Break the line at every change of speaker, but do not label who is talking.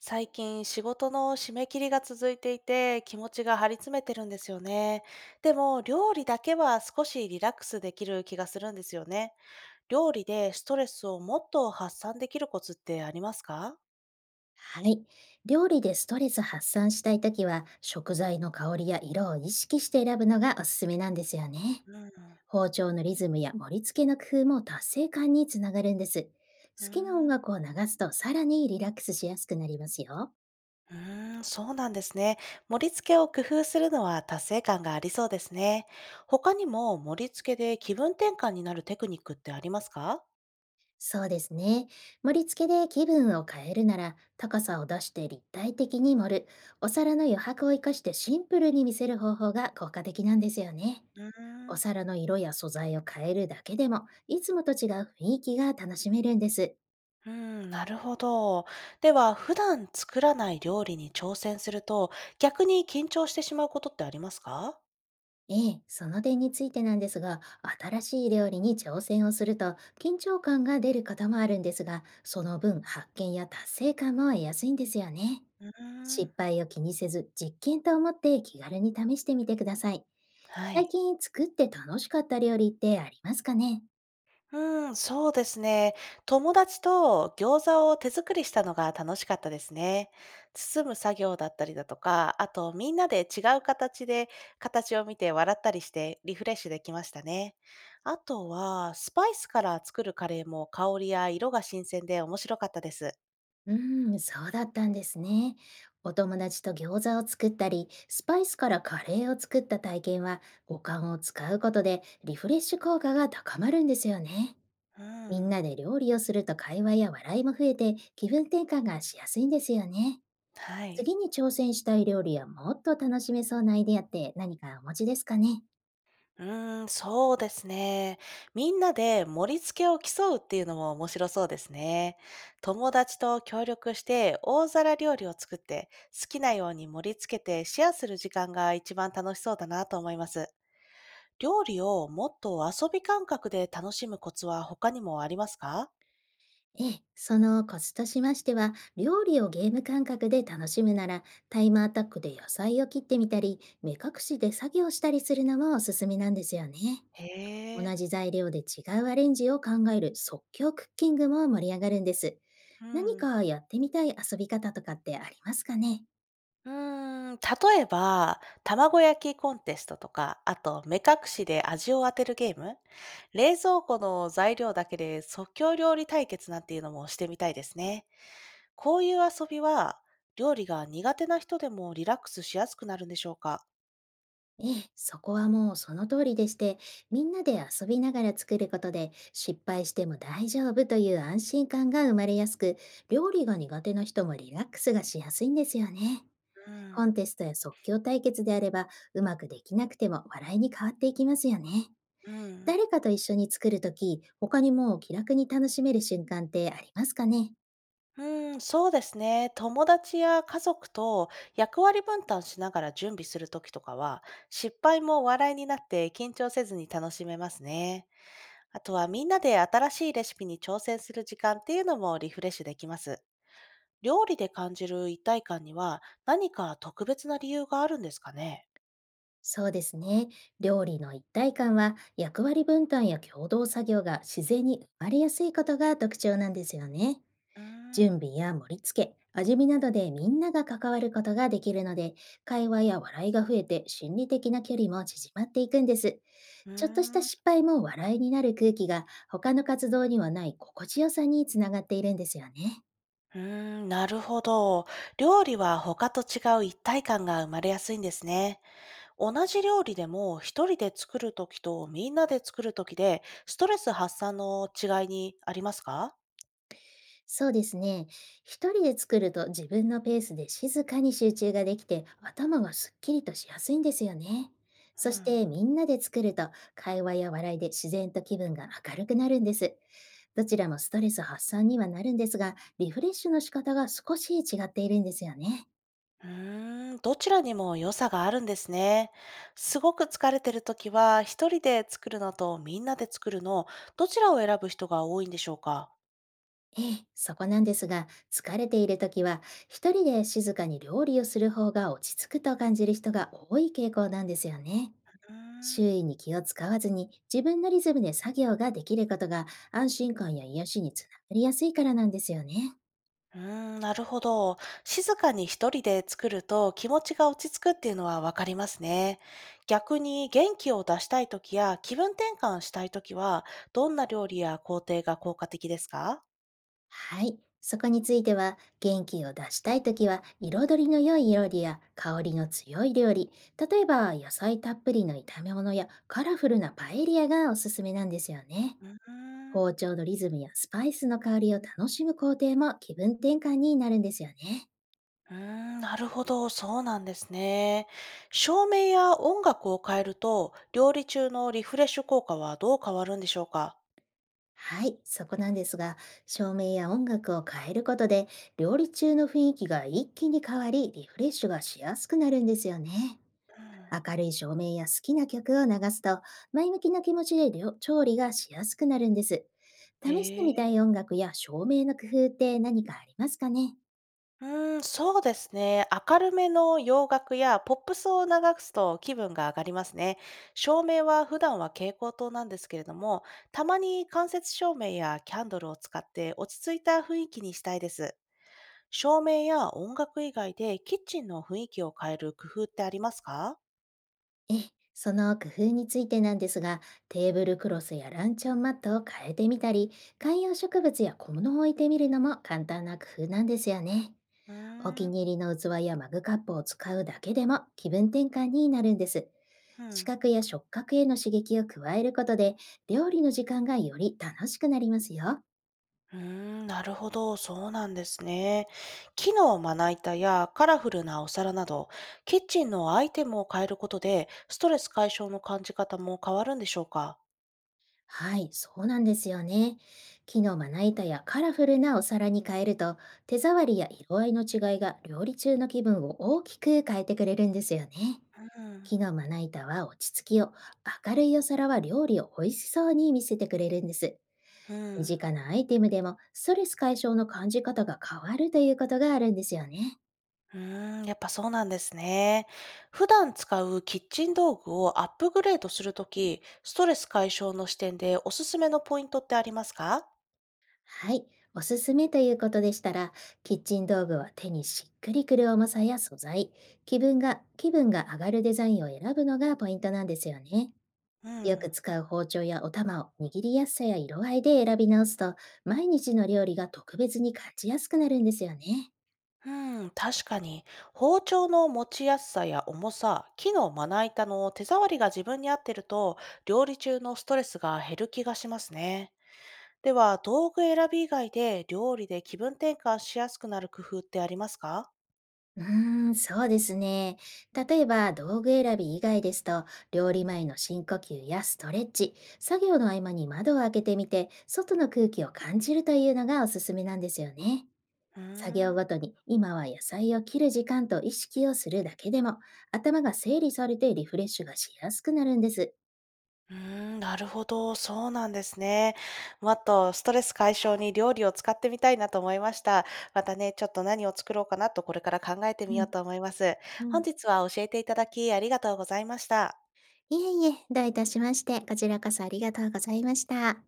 最近仕事の締め切りが続いていて気持ちが張り詰めてるんですよね。でも料理だけは少しリラックスできる気がするんですよね。料理でストレスをもっと発散できるコツってありますか？
はい。料理でストレス発散したいときは、食材の香りや色を意識して選ぶのがおすすめなんですよね。
うん。
包丁のリズムや盛り付けの工夫も達成感につながるんです。好
う
きな音
ーん、
楽を流すとさらにリラックスしやすくなりますよ。
うーんそうなんですね。盛り付けを工夫するのは達成感がありそうですね。他にも盛り付けで気分転換になるテクニックってありますか？
そうですね。盛り付けで気分を変えるなら、高さを出して立体的に盛る、お皿の余白を生かしてシンプルに見せる方法が効果的なんですよね。
うー
お
ん、
皿の色や素材を変えるだけでも、いつもと違う雰囲気が楽しめるんです。
うん、なるほど。では、普段作らない料理に挑戦すると、逆に緊張してしまうことってありますか？
ええ、その点についてなんですが、新しい料理に挑戦をすると緊張感が出ることもあるんですが、その分発見や達成感も得やすいんですよね。
うーん、
失敗を気にせず実験と思って気軽に試してみてください。
は
最
い。
近作って楽しかった料理ってありますかね？
うん、そうですね。友達と餃子を手作りしたのが楽しかったですね。包む作業だったりだとか、あとみんなで違う形で形を見て笑ったりしてリフレッシュできましたね。あとは、スパイスから作るカレーも香りや色が新鮮で面白かったです。
うーん、そうだったんですね。お友達と餃子を作ったり、スパイスからカレーを作った体験は、五感を使うことでリフレッシュ効果が高まるんですよね。
う
みん
ん、
なで料理をすると会話や笑いも増えて、気分転換がしやすいんですよね。
はい。
次に挑戦したい料理やもっと楽しめそうなアイデアって何かお持ちですかね？
うーん、そうですね。みんなで盛り付けを競うっていうのも面白そうですね。友達と協力して大皿料理を作って好きなように盛り付けてシェアする時間が一番楽しそうだなと思います。料理をもっと遊び感覚で楽しむコツは他にもありますか？
ええ、そのコツとしましては、料理をゲーム感覚で楽しむなら、タイムアタックで野菜を切ってみたり、目隠しで作業したりするのもおすすめなんですよね。
へ
同
え、
じ材料で違うアレンジを考える即興クッキングも盛り上がるんです。
う
何
ん。
かやってみたい遊び方とかってありますかね？
うーん、例えば、卵焼きコンテストとか、あと目隠しで味を当てるゲーム、冷蔵庫の材料だけで即興料理対決なんていうのもしてみたいですね。こういう遊びは、料理が苦手な人でもリラックスしやすくなるんでしょうか？
ええ、そこはもうその通りでして、みんなで遊びながら作ることで、失敗しても大丈夫という安心感が生まれやすく、料理が苦手な人もリラックスがしやすいんですよね。
うん、
コンテストや即興対決であれば、うまくできなくても笑いに変わっていきますよね。
うん。
誰かと一緒に作るとき、他にも気楽に楽しめる瞬間ってありますかね？
うん、そうですね。友達や家族と役割分担しながら準備するときとかは、失敗も笑いになって緊張せずに楽しめますね。あとはみんなで新しいレシピに挑戦する時間っていうのもリフレッシュできます。料理で感じる一体感には何か特別な理由があるんですかね？
そうですね。料理の一体感は役割分担や共同作業が自然に生まれやすいことが特徴なんですよね。
うーん、
準備や盛り付け、味見などでみんなが関わることができるので、会話や笑いが増えて心理的な距離も縮まっていくんです。ちょっとした
う
失敗も笑いになる空気が他の活動にはない心地よさにつながっているんですよね。
ーん、なるほど。料理は他と違う一体感が生まれやすいんですね。同じ料理でも一人で作るときとみんなで作るときでストレス発散の違いにありますか？
そうですね。一人で作ると自分のペースで静かに集中ができて頭がすっきりとしやすいんですよね。
う
そし
ん。
てみんなで作ると会話や笑いで自然と気分が明るくなるんです。どちらもストレス発散にはなるんですが、リフレッシュの仕方が少し違っているんですよね。
うーん、どちらにも良さがあるんですね。すごく疲れてるときは、一人で作るのとみんなで作るの、どちらを選ぶ人が多いんでしょうか？
ええ、そこなんですが、疲れている時は一人で静かに料理をする方が落ち着くと感じる人が多い傾向なんですよね。
うー
周
ん、
囲に気を使わずに自分のリズムで作業ができることが安心感や癒しにつながりやすいからなんですよね。
うーんなるほど。静かに一人で作ると気持ちが落ち着くっていうのはわかりますね。逆に元気を出したいときや気分転換したいときは、どんな料理や工程が効果的ですか？
はい。そこについては、元気を出したいときは、彩りの良い料理や香りの強い料理、例えば野菜たっぷりの炒め物やカラフルなパエリアがおすすめなんですよね。
うー
包
ん、
丁のリズムやスパイスの香りを楽しむ工程も気分転換になるんですよね。
うーん、なるほど、そうなんですね。照明や音楽を変えると、料理中のリフレッシュ効果はどう変わるんでしょうか？
はい、そこなんですが、照明や音楽を変えることで、料理中の雰囲気が一気に変わり、リフレッシュがしやすくなるんですよね。
うん。
明るい照明や好きな曲を流すと、前向きな気持ちで料調理がしやすくなるんです。試して
え
みた
え、
い音楽や照明の工夫って何かありますかね？
うーん、そうですね。明るめの洋楽やポップスを流すと気分が上がりますね。照明は普段は蛍光灯なんですけれども、たまに間接照明やキャンドルを使って落ち着いた雰囲気にしたいです。照明や音楽以外でキッチンの雰囲気を変える工夫ってありますか？
ええ、その工夫についてなんですが、テーブルクロスやランチョンマットを変えてみたり、観葉植物や小物を置いてみるのも簡単な工夫なんですよね。
うー
お気
ん、
に入りの器やマグカップを使うだけでも気分転換になるんです。
う
視
ん。
覚や触覚への刺激を加えることで、料理の時間がより楽しくなりますよ。
うーん、なるほど、そうなんですね。木のまな板やカラフルなお皿など、キッチンのアイテムを変えることで、ストレス解消の感じ方も変わるんでしょうか？
はい、そうなんですよね。木のまな板やカラフルなお皿に変えると、手触りや色合いの違いが料理中の気分を大きく変えてくれるんですよね。
うん、
木のまな板は落ち着きを、明るいお皿は料理を美味しそうに見せてくれるんです。
う
身
ん。
近なアイテムでもストレス解消の感じ方が変わるということがあるんですよね。
うーん、やっぱそうなんですね。普段使うキッチン道具をアップグレードするとき、ストレス解消の視点でおすすめのポイントってありますか？
はい、おすすめということでしたら、キッチン道具は手にしっくりくる重さや素材、気分が上がるデザインを選ぶのがポイントなんですよね。
う
よく
ん。
使う包丁やお玉を握りやすさや色合いで選び直すと、毎日の料理が特別に感じやすくなるんですよね。
うん、確かに。包丁の持ちやすさや重さ、木のまな板の手触りが自分に合ってると、料理中のストレスが減る気がしますね。では、道具選び以外で料理で気分転換しやすくなる工夫ってありますか？
うーん、そうですね。例えば道具選び以外ですと、料理前の深呼吸やストレッチ、作業の合間に窓を開けてみて、外の空気を感じるというのがおすすめなんですよね。
うー
作業
ん。
ごとに今は野菜を切る時間と意識をするだけでも、頭が整理されてリフレッシュがしやすくなるんです。
うーん、なるほど。そうなんですね。もっとストレス解消に料理を使ってみたいなと思いました。またね、ちょっと何を作ろうかなとこれから考えてみ
う
よう
ん
と思います。
う
本
ん。
日は教えていただきありがとうございました。
いえいえ、どういたしまして、こちらこそありがとうございました。